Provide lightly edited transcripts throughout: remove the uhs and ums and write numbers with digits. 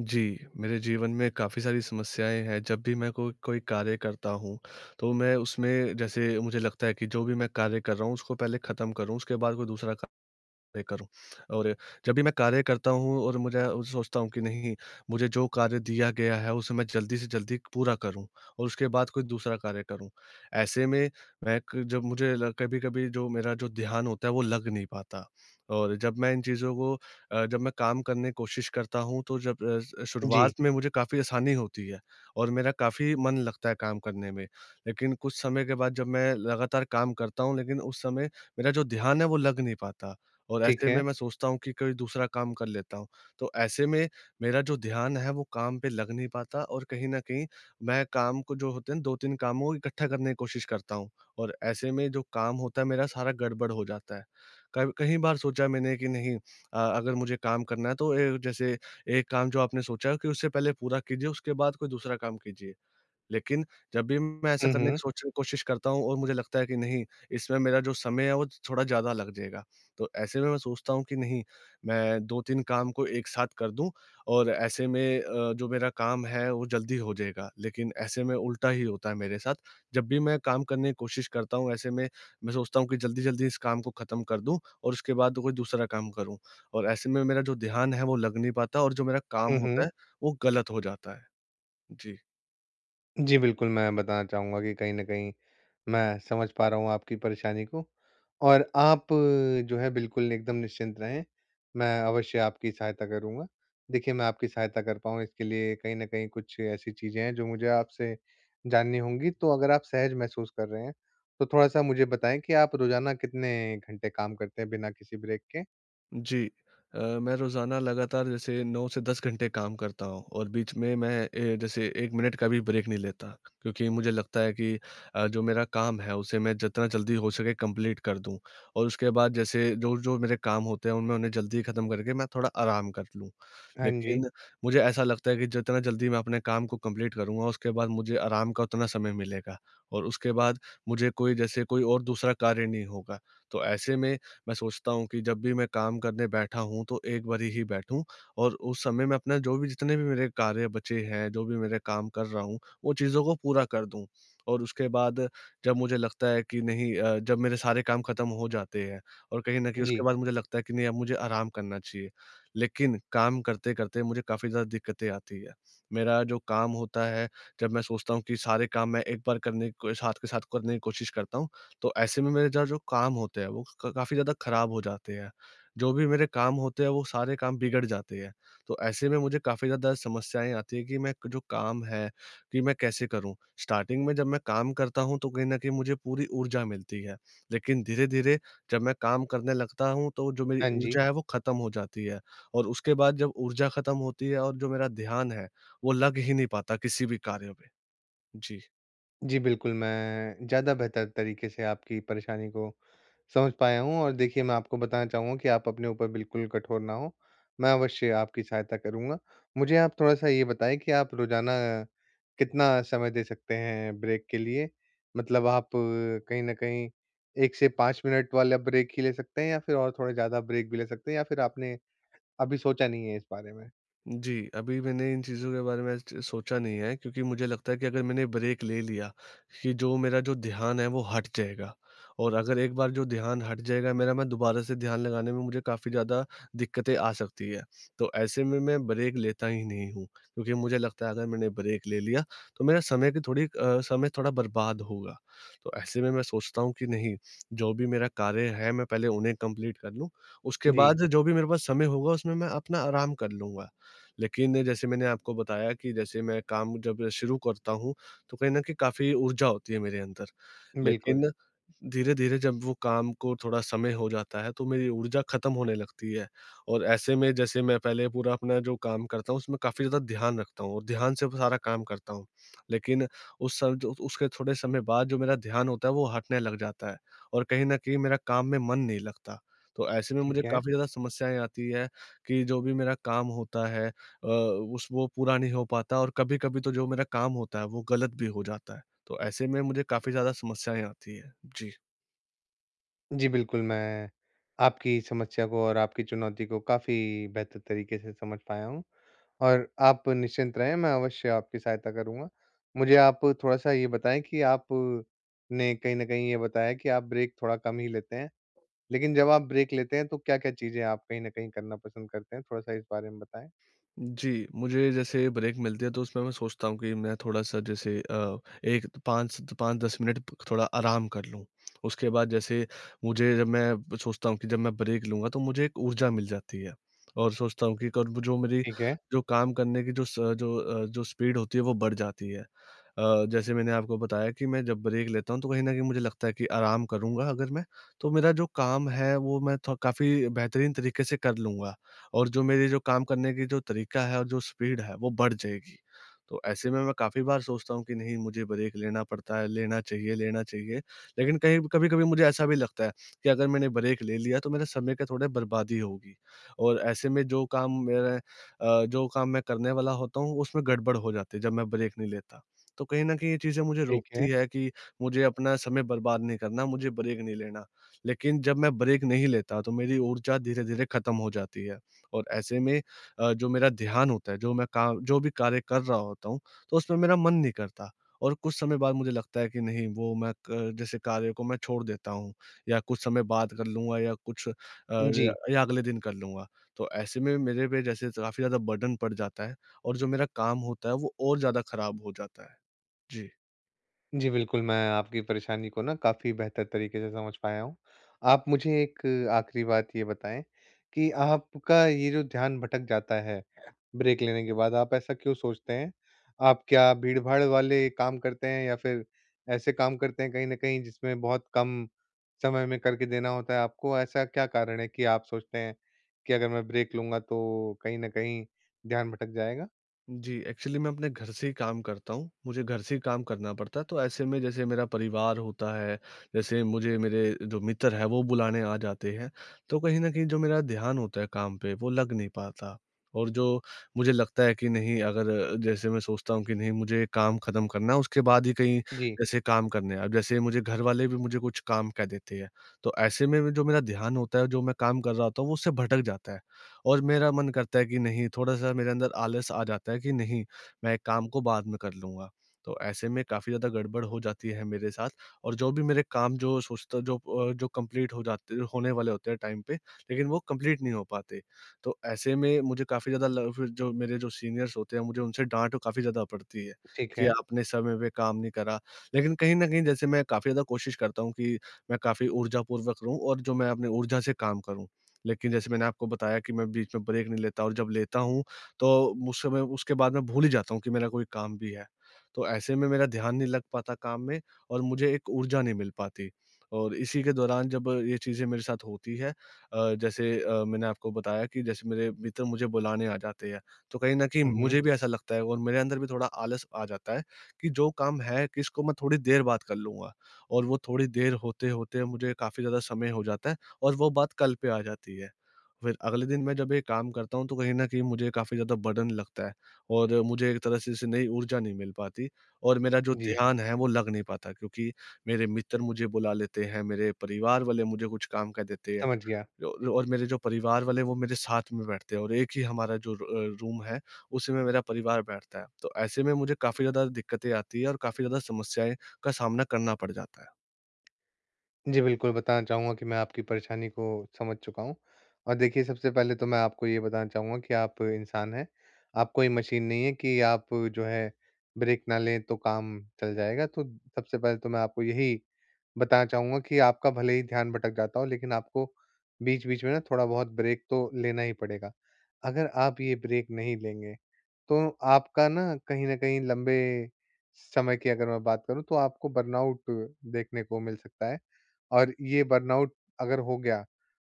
जी, मेरे जीवन में काफ़ी सारी समस्याएँ हैं, जब भी मैं को कोई कार्य करता हूँ, तो मैं उसमें जैसे मुझे लगता है कि जो भी मैं कार्य कर रहा हूँ उसको पहले ख़त्म करूँ, उसके बाद कोई दूसरा कार्य करूँ। और जब भी मैं कार्य करता हूँ और मुझे सोचता हूँ कि नहीं, मुझे जो कार्य दिया गया है उसे मैं जल्दी से जल्दी पूरा करूँ और उसके बाद कोई दूसरा कार्य करूँ। ऐसे में मैं क जब मुझे ल कभी-कभी जो मेरा जो ध्यान होता है वो लग नहीं पाता। और जब मैं इन चीज़ों को, जब मैं काम करने की कोशिश करता हूँ तो जब अ, स जी, शुरुआत में मुझे काफ़ी आसानी होती है और मेरा काफ़ी मन लगता है काम करने में। लेकिन कुछ समय के बाद जब मैं लगातार काम करता हूँ, लेकिन उस समय मेरा जो ध्यान है वो लग नहीं पाता। और ठीक ऐसे है। में मैं सोचता हूँ कि कोई दूसरा काम कर लेता हूँ। तो ऐसे में मेरा जो ध्यान है वो काम पे लग नहीं पाता और कहीं न कहीं मैं काम को, जो होते हैं, 2-3 काम को इकट्ठा करने की कोशिश करता हूँ, और ऐसे में जो काम होता है मेरा सारा गड़बड़ हो जाता है। कब कई बार सोचा मैंने कि नहीं, अगर मुझे काम करना है तो, जैसे एक काम जो आपने सोचा, कि उससे पहले पूरा कीजिए, उसके बाद कोई दूसरा काम कीजिए। लेकिन जब भी मैं ऐसा हुँ, करने हुँ। की, सोचने की कोशिश करता हूँ, और मुझे लगता है कि नहीं, इसमें मेरा जो समय है वो थोड़ा ज़्यादा लग जाएगा। तो ऐसे में मैं सोचता हूँ कि नहीं, मैं 2-3 काम को एक साथ कर दूँ, और ऐसे में जो मेरा काम है वो जल्दी हो जाएगा। लेकिन ऐसे में उल्टा ही होता है मेरे साथ। जब भी मैं काम करने की कोशिश करता हूँ, ऐसे में मैं सोचता हूँ कि जल्दी-जल्दी इस काम को ख़त्म कर दूँ और उसके बाद कोई दूसरा काम करूँ। और ऐसे में मेरा जो ध्यान है वो लग नहीं पाता, और जो मेरा काम हुँ, हुँ। होता है वो गलत हो जाता है। जी। जी, बिल्कुल, मैं बताना चाहूँगा कि कहीं न कहीं मैं समझ पा रहा हूँ आपकी परेशानी को, और आप जो है बिल्कुल एकदम निश्चिंत रहें। मैं अवश्य आपकी सहायता करूँगा। देखिए, मैं आपकी सहायता कर पाऊँ, इसके लिए कहीं न कहीं कुछ ऐसी चीज़ें हैं जो मुझे आपसे जाननी होंगी। तो अगर आप सहज महसूस कर रहे हैं, तो थोड़ा-सा मुझे बताएँ कि आप रोज़ाना कितने घंटे काम करते हैं बिना किसी ब्रेक के? जी। मैं रोज़ाना लगातार जैसे 9 से 10 घंटे काम करता हूँ और बीच में मैं, जैसे 1 मिनट का भी ब्रेक नहीं लेता, क्योंकि मुझे लगता है कि जो मेरा काम है उसे मैं जितना जल्दी हो सके कंप्लीट कर दूँ, और उसके बाद जैसे जो-जो मेरे काम होते हैं उनमें, उन्हें जल्दी ख़त्म करके मैं थोड़ा आराम कर लूँ। हाँ जी। लेकिन मुझे ऐसा लगता है कि जितना जल्दी मैं अपने काम को कंप्लीट करूँगा, उसके बाद मुझे आराम का उतना समय मिलेगा, और उसके बाद मुझे कोई, जैसे कोई और दूसरा कार्य नहीं होगा। तो ऐसे में मैं सोचता हूँ कि जब भी मैं काम करने बैठा हूँ तो एक बारी ही बैठूँ, और उस समय मैं अपना जो भी, जितने भी मेरे कार्य बचे हैं, जो भी मेरे काम कर रहा हूँ, वो चीज़ों को पूरा कर दूँ। और उसके बाद जब मुझे लगता है कि नहीं, जब मेरे सारे काम खत्म हो जाते हैं और कहीं न कहीं उसके जी। बाद मुझे लगता है कि नहीं, अब मुझे आराम करना चाहिए। लेकिन काम करते-करते मुझे काफ़ी ज़्यादा दिक्कतें आती है। मेरा जो काम होता है, जब मैं सोचता हूँ कि सारे काम मैं एक बार करने को, साथ के साथ करने की कोशिश करता हूँ। तो ऐसे में मेरे ज़्यादा जो काम होते हैं वो क काफ़ी ज़्यादा ख़राब हो जाते हैं। जो भी मेरे काम होते हैं वो सारे काम बिगड़ जाते हैं। तो ऐसे में मुझे काफ़ी ज़्यादा समस्याएँ आती हैं कि मैं जो काम है, कि मैं कैसे करूँ? स्टार्टिंग में जब मैं काम करता हूँ तो कहीं न कहीं मुझे पूरी ऊर्जा मिलती है। लेकिन धीरे-धीरे जब मैं काम करने लगता हूँ तो जो मेरी हाँ जी। ऊर्जा है वो ख़त्म हो जाती है। और उसके बाद जब ऊर्जा ख़त्म होती है, और जो मेरा ध्यान है वो लग ही नहीं पाता किसी भी कार्य पे। जी। जी, बिल्कुल, मैं ज़्यादा बेहतर तरीके से आपकी परेशानी को समझ पाया हूँ। और देखिए, मैं आपको बताना चाहूँगा कि आप अपने ऊपर बिल्कुल कठोर ना हों। मैं अवश्य आपकी सहायता करूँगा। मुझे आप थोड़ा-सा ये बताएँ कि आप रोज़ाना कितना समय दे सकते हैं ब्रेक के लिए? मतलब आप कहीं न कहीं 1 से 5 मिनट वाला ब्रेक ही ले सकते हैं, या फिर और थोड़ा ज़्यादा ब्रेक भी ले सकते हैं, या फिर आपने अभी सोचा नहीं है इस बारे में? जी, अभी मैंने इन चीज़ों के बारे में आज सोचा नहीं है, क्योंकि मुझे लगता है कि अगर मैंने ब्रेक ले लिया, कि जो मेरा जो ध्यान है वो हट जाएगा, और अगर एक बार जो ध्यान हट जाएगा मेरा, मैं दोबारा से ध्यान लगाने में मुझे काफ़ी ज़्यादा दिक्कतें आ सकती है। तो ऐसे में मैं ब्रेक लेता ही नहीं हूँ, क्योंकि मुझे लगता है अगर मैंने ब्रेक ले लिया तो मेरा समय की थोड़ी अ, समय थोड़ा बर्बाद होगा। तो ऐसे में मैं सोचता हूँ कि नहीं, जो भी मेरा कार्य है मैं पहले उन्हें कंप्लीट कर लूँ, उसके जी, बाद जो भी मेरे पास समय होगा उसमें मैं अपना आराम कर लूँगा। लेकिन जैसे मैंने आपको बताया कि जैसे मैं काम जब शुरू करता हूँ, तो कहीं न कहीं काफ़ी ऊर्जा होती है मेरे अंदर। बिल्कुल, लेकिन धीरे-धीरे जब वो काम को थोड़ा समय हो जाता है, तो मेरी ऊर्जा ख़त्म होने लगती है, और ऐसे में जैसे मैं पहले पूरा अपना जो काम करता हूँ, उसमें काफ़ी ज़्यादा ध्यान रखता हूँ और ध्यान से सारा काम करता हूँ। लेकिन उस स जो उसके थोड़े समय बाद जो मेरा ध्यान होता है, वो हटने लग जाता है और कहीं न कहीं मेरा काम में मन नहीं लगता। तो ऐसे में मुझे ठीक है। काफ़ी ज़्यादा समस्याएँ आती है, कि जो भी मेरा काम होता है अ, उस वो पूरा नहीं हो पाता, और कभी-कभी तो जो मेरा काम होता है, वो गलत भी हो जाता है। तो ऐसे में मुझे काफ़ी ज़्यादा समस्याएँ आती हैं। जी। जी, बिल्कुल, मैं आपकी समस्या को और आपकी चुनौती को काफ़ी बेहतर तरीके से समझ पाया हूँ, और आप निश्चिंत रहें, मैं अवश्य आपकी सहायता करूँगा। मुझे आप थोड़ा-सा ये बताएँ कि आप ने कहीं न कहीं ये बताया कि आप ब्रेक थोड़ा कम ही लेते हैं, लेकिन जब आप ब्रेक लेते हैं, तो क्या-क्या चीज़ें आप कहीं न कहीं करना पसंद करते हैं? थोड़ा-सा इस बारे में बताएँ। जी, मुझे जैसे ब्रेक मिलती है तो उसमें मैं सोचता हूँ कि मैं थोड़ा-सा, जैसे 1 5 5-10 मिनट थोड़ा आराम कर लूँ। उसके बाद जैसे मुझे, जब मैं सोचता हूँ कि जब मैं ब्रेक लूँगा तो मुझे एक ऊर्जा मिल जाती है, और सोचता हूँ कि कब जो मेरी, ठीक है, जो काम करने की जो स जो अ, जो स्पीड होती है वो बढ़ जाती है। जैसे मैंने आपको बताया कि मैं जब ब्रेक लेता हूँ तो कहीं न कहीं मुझे लगता है कि आराम करूँगा अगर मैं, तो मेरा जो काम है वो मैं थो काफ़ी बेहतरीन तरीके से कर लूँगा। और जो मेरी, जो काम करने की जो तरीका है, और जो स्पीड है वो बढ़ जाएगी। तो ऐसे में मैं काफ़ी बार सोचता हूँ कि नहीं, मुझे ब्रेक लेना पड़ता है, लेना चाहिए, लेना चाहिए। लेकिन कहीं, कभी-कभी मुझे ऐसा भी लगता है कि अगर मैंने ब्रेक ले लिया तो मेरे समय का थोड़ा बर्बादी होगी, और ऐसे में जो काम मैं करने वाला होता हूँ उसमें गड़बड़ हो जाती है, जब मैं ब्रेक नहीं लेता। तो कहीं न कहीं ये चीज़ें मुझे ठीक है। रोकती है कि मुझे अपना समय बर्बाद नहीं करना, मुझे ब्रेक नहीं लेना। लेकिन जब मैं ब्रेक नहीं लेता तो मेरी ऊर्जा धीरे-धीरे खत्म हो जाती है। और ऐसे में जो मेरा ध्यान होता है, जो मैं काम, जो भी कार्य कर रहा होता हूँ, तो उसमें मेरा मन नहीं करता, और कुछ समय बाद मुझे लगता है कि नहीं, वो मैं क जैसे कार्य को मैं छोड़ देता हूँ, या कुछ समय बाद कर लूँगा, या जी। या अगले दिन कर लूँगा। तो ऐसे में मेरे पे जैसे काफ़ी ज़्यादा बर्डन पड़ जाता है, और जो मेरा काम होता है वो और ज़्यादा ख़राब हो जाता है। जी। जी, बिल्कुल, मैं आपकी परेशानी को ना काफ़ी बेहतर तरीके से समझ पाया हूँ। आप मुझे एक आखिरी बात ये बताएँ कि आपका ये जो ध्यान भटक जाता है ब्रेक लेने के बाद, आप ऐसा क्यों सोचते हैं? आप क्या भीड़-भाड़ वाले काम करते हैं, या फिर ऐसे काम करते हैं कहीं न कहीं जिसमें बहुत कम समय में करके देना होता है आपको? ऐसा क्या कारण है कि आप सोचते हैं कि अगर मैं ब्रेक लूँगा तो कहीं न कहीं ध्यान भटक जाएगा? जी, एक्चुअली मैं अपने घर से ही काम करता हूँ। मुझे घर से ही काम करना पड़ता है, तो ऐसे में जैसे मेरा परिवार होता है, जैसे मुझे, मेरे जो मित्र हैं, वो बुलाने आ जाते हैं। तो कहीं न कहीं जो मेरा ध्यान होता है काम पे, वो लग नहीं पाता, और जो मुझे लगता है कि नहीं, अगर, जैसे मैं सोचता हूँ कि नहीं, मुझे काम ख़त्म करना है, उसके बाद ही कहीं जी, जैसे काम करने हैं। अब जैसे मुझे घरवाले भी मुझे कुछ काम कह देते हैं, तो ऐसे में जो मेरा ध्यान होता है, जो मैं काम कर रहा होता हूँ, वो उससे भटक जाता है। और मेरा मन करता है कि नहीं, थोड़ा-सा मेरे अंदर आलस आ जाता है कि नहीं, मैं काम को बाद में कर लूँगा। तो ऐसे में काफ़ी ज़्यादा गड़बड़ हो जाती है मेरे साथ, और जो भी मेरे काम, जो सोचता जो अ, जो कंप्लीट हो जाते, होने वाले होते हैं टाइम पे, लेकिन वो कंप्लीट नहीं हो पाते। तो ऐसे में मुझे काफ़ी ज़्यादा ल फिर जो मेरे जो सीनियर्स होते हैं, मुझे उनसे डाँट काफ़ी ज़्यादा पड़ती है ठीक कि है। आपने समय पे काम नहीं करा। लेकिन कहीं न कहीं जैसे मैं काफ़ी ज़्यादा कोशिश करता हूँ कि मैं काफ़ी ऊर्जापूर्वक रहूँ, और जो मैं अपनी ऊर्जा से काम करूँ। लेकिन जैसे मैंने आपको बताया कि मैं बीच में ब्रेक नहीं लेता, और जब लेता हूँ तो उस समय, उसके बाद मैं भूल ही जाता हूँ कि मेरा कोई काम भी है। तो ऐसे में मेरा ध्यान नहीं लग पाता काम में, और मुझे एक ऊर्जा नहीं मिल पाती। और इसी के दौरान जब ये चीज़ें मेरे साथ होती है, जैसे मैंने आपको बताया कि जैसे मेरे मित्र मुझे बुलाने आ जाते हैं, तो कहीं न कहीं हुँ, हुँ। मुझे भी ऐसा लगता है, और मेरे अंदर भी थोड़ा आलस आ जाता है कि जो काम है, किसको मैं थोड़ी देर बाद कर लूँगा। और वो थोड़ी देर होते-होते मुझे काफ़ी ज़्यादा समय हो जाता है। और वो बात कल पे आ जाती है। फिर अगले दिन मैं जब ये काम करता हूँ तो कहीं न कहीं मुझे काफ़ी ज़्यादा बर्डन लगता है, और मुझे एक तरह से इससे नई ऊर्जा नहीं मिल पाती, और मेरा जो जी, ध्यान है वो लग नहीं पाता, क्योंकि मेरे मित्र मुझे बुला लेते हैं, मेरे परिवार वाले मुझे कुछ काम कह देते हैं। समझ गया। और मेरे जो परिवार वाले वो मेरे साथ में बैठते हैं, और एक ही हमारा जो रूम है उसी में मेरा परिवार बैठता है। तो ऐसे में मुझे काफ़ी ज़्यादा दिक्कतें आती हैं, और काफ़ी ज़्यादा समस्याएँ का सामना करना पड़ जाता है। जी, बिल्कुल, बताना चाहूँगा कि मैं आपकी परेशानी को समझ चुका हूँ। और देखिए, सबसे पहले तो मैं आपको ये बताना चाहूँगा कि आप इंसान हैं, आप कोई मशीन नहीं है कि आप जो है ब्रेक ना लें तो काम चल जाएगा। तो सबसे पहले तो मैं आपको यही बताना चाहूँगा कि आपका भले ही ध्यान भटक जाता हो, लेकिन आपको बीच-बीच में ना थोड़ा-बहुत ब्रेक तो लेना ही पड़ेगा। अगर आप ये ब्रेक नहीं लेंगे, तो आपका ना कहीं न कहीं लंबे समय की अगर मैं बात करूँ, तो आपको बर्नआउट देखने को मिल सकता है। और ये बर्नआउट अगर हो गया,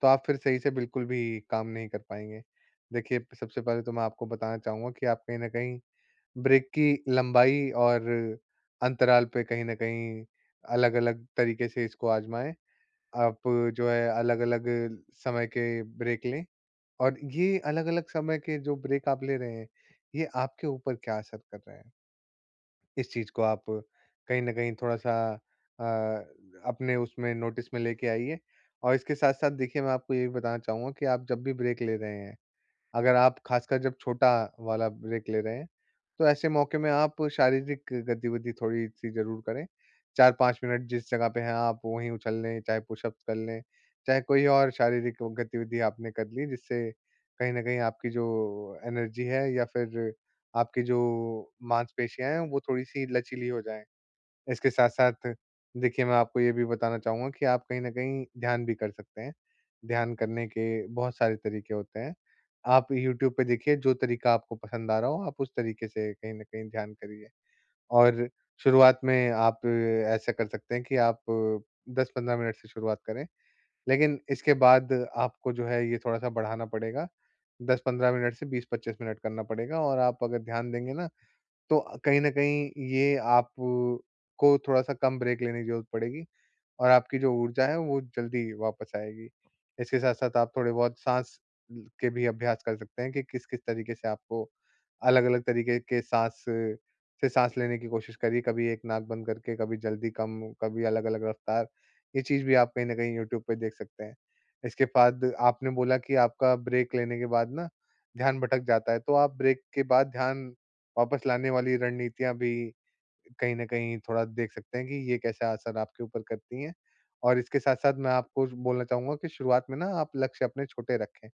तो आप फिर सही से बिल्कुल भी काम नहीं कर पाएँगे। देखिए, सबसे पहले तो मैं आपको बताना चाहूँगा कि आप कहीं न कहीं ब्रेक की लंबाई और अंतराल पे कहीं न कहीं अलग-अलग तरीके से इसको आज़माएँ। आप जो है अलग-अलग समय के ब्रेक लें, और ये अलग-अलग समय के जो ब्रेक आप ले रहे हैं, ये आपके ऊपर क्या असर कर रहे हैं? इस चीज को आप कहीं न कहीं थोड़ा-सा अ, अपने उसमें नोटिस में लेके आइए। और इसके साथ-साथ देखिए, मैं आपको ये भी बताना चाहूँगा कि आप जब भी ब्रेक ले रहे हैं, अगर आप खासकर जब छोटा वाला ब्रेक ले रहे हैं, तो ऐसे मौके में आप शारीरिक गतिविधि थोड़ी-सी ज़रूर करें। 4-5 मिनट जिस जगह पे हैं आप वहीं उछल लें, चाहे पुशअप्स कर लें, चाहे कोई और शारीरिक गतिविधि आपने कर ली, जिससे कहीं न कहीं आपकी जो एनर्जी है, या फिर आपकी जो मांसपेशियाँ हैं, वो थोड़ी-सी लचीली हो जाएँ। इसके साथ-साथ देखिए, मैं आपको ये भी बताना चाहूँगा कि आप कहीं न कहीं ध्यान भी कर सकते हैं। ध्यान करने के बहुत सारे तरीके होते हैं। आप यूट्यूब पे देखिए, जो तरीका आपको पसंद आ रहा हो, आप उस तरीके से कहीं न कहीं ध्यान करिए। और शुरुआत में आप ऐसा कर सकते हैं कि आप 10-15 मिनट से शुरुआत करें, लेकिन इसके बाद आपको जो है ये थोड़ा-सा बढ़ाना पड़ेगा। 10-15 मिनट से 20-25 मिनट करना पड़ेगा, और आप अगर ध्यान देंगे ना, तो कहीं न कहीं ये आपको थोड़ा-सा कम ब्रेक लेने की ज़रूरत पड़ेगी, और आपकी जो ऊर्जा है वो जल्दी वापस आएगी। इसके साथ-साथ आप थोड़े बहुत साँस ल के भी अभ्यास कर सकते हैं कि किस-किस तरीके से आपको अलग-अलग तरीके के साँस से साँस लेने की कोशिश करिए। कभी एक नाक बंद करके, कभी जल्दी कम, कभी अलग-अलग रफ्तार। ये चीज़ भी आप कहीं न कहीं यूट्यूब पे देख सकते हैं। इसके बाद आपने बोला कि आपका ब्रेक लेने के बाद ना ध्यान भटक जाता है, तो आप ब्रेक के बाद ध्यान वापस लाने वाली रणनीतियाँ भी कहीं न कहीं थोड़ा देख सकते हैं कि ये कैसा असर आपके ऊपर करती हैं। और इसके साथ-साथ मैं आपको बोलना चाहूँगा कि शुरुआत में ना आप लक्ष्य अपने छोटे रखें।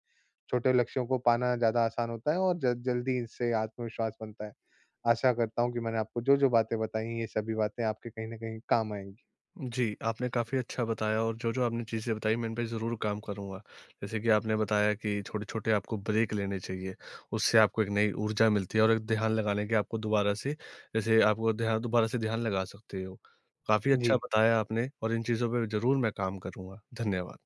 छोटे लक्ष्यों को पाना ज़्यादा आसान होता है, और ज जल्दी इससे आत्मविश्वास बनता है। आशा करता हूँ कि मैंने आपको जो-जो बातें बताई हैं, ये सभी बातें आपके कहीं न कहीं काम आएँगी। जी, आपने काफ़ी अच्छा बताया, और जो-जो आपने चीज़ें बताई मैं इन पे ज़रूर काम करूँगा। जैसे कि आपने बताया कि छोटे-छोटे आपको ब्रेक लेने चाहिए, उससे आपको एक नई ऊर्जा मिलती है, और एक ध्यान लगाने की आपको दोबारा से, जैसे आपको ध्यान, दोबारा से ध्यान लगा सकते हो। काफ़ी जी। अच्छा बताया आपने, और इन चीज़ों पे ज़रूर मैं काम करूँगा। धन्यवाद।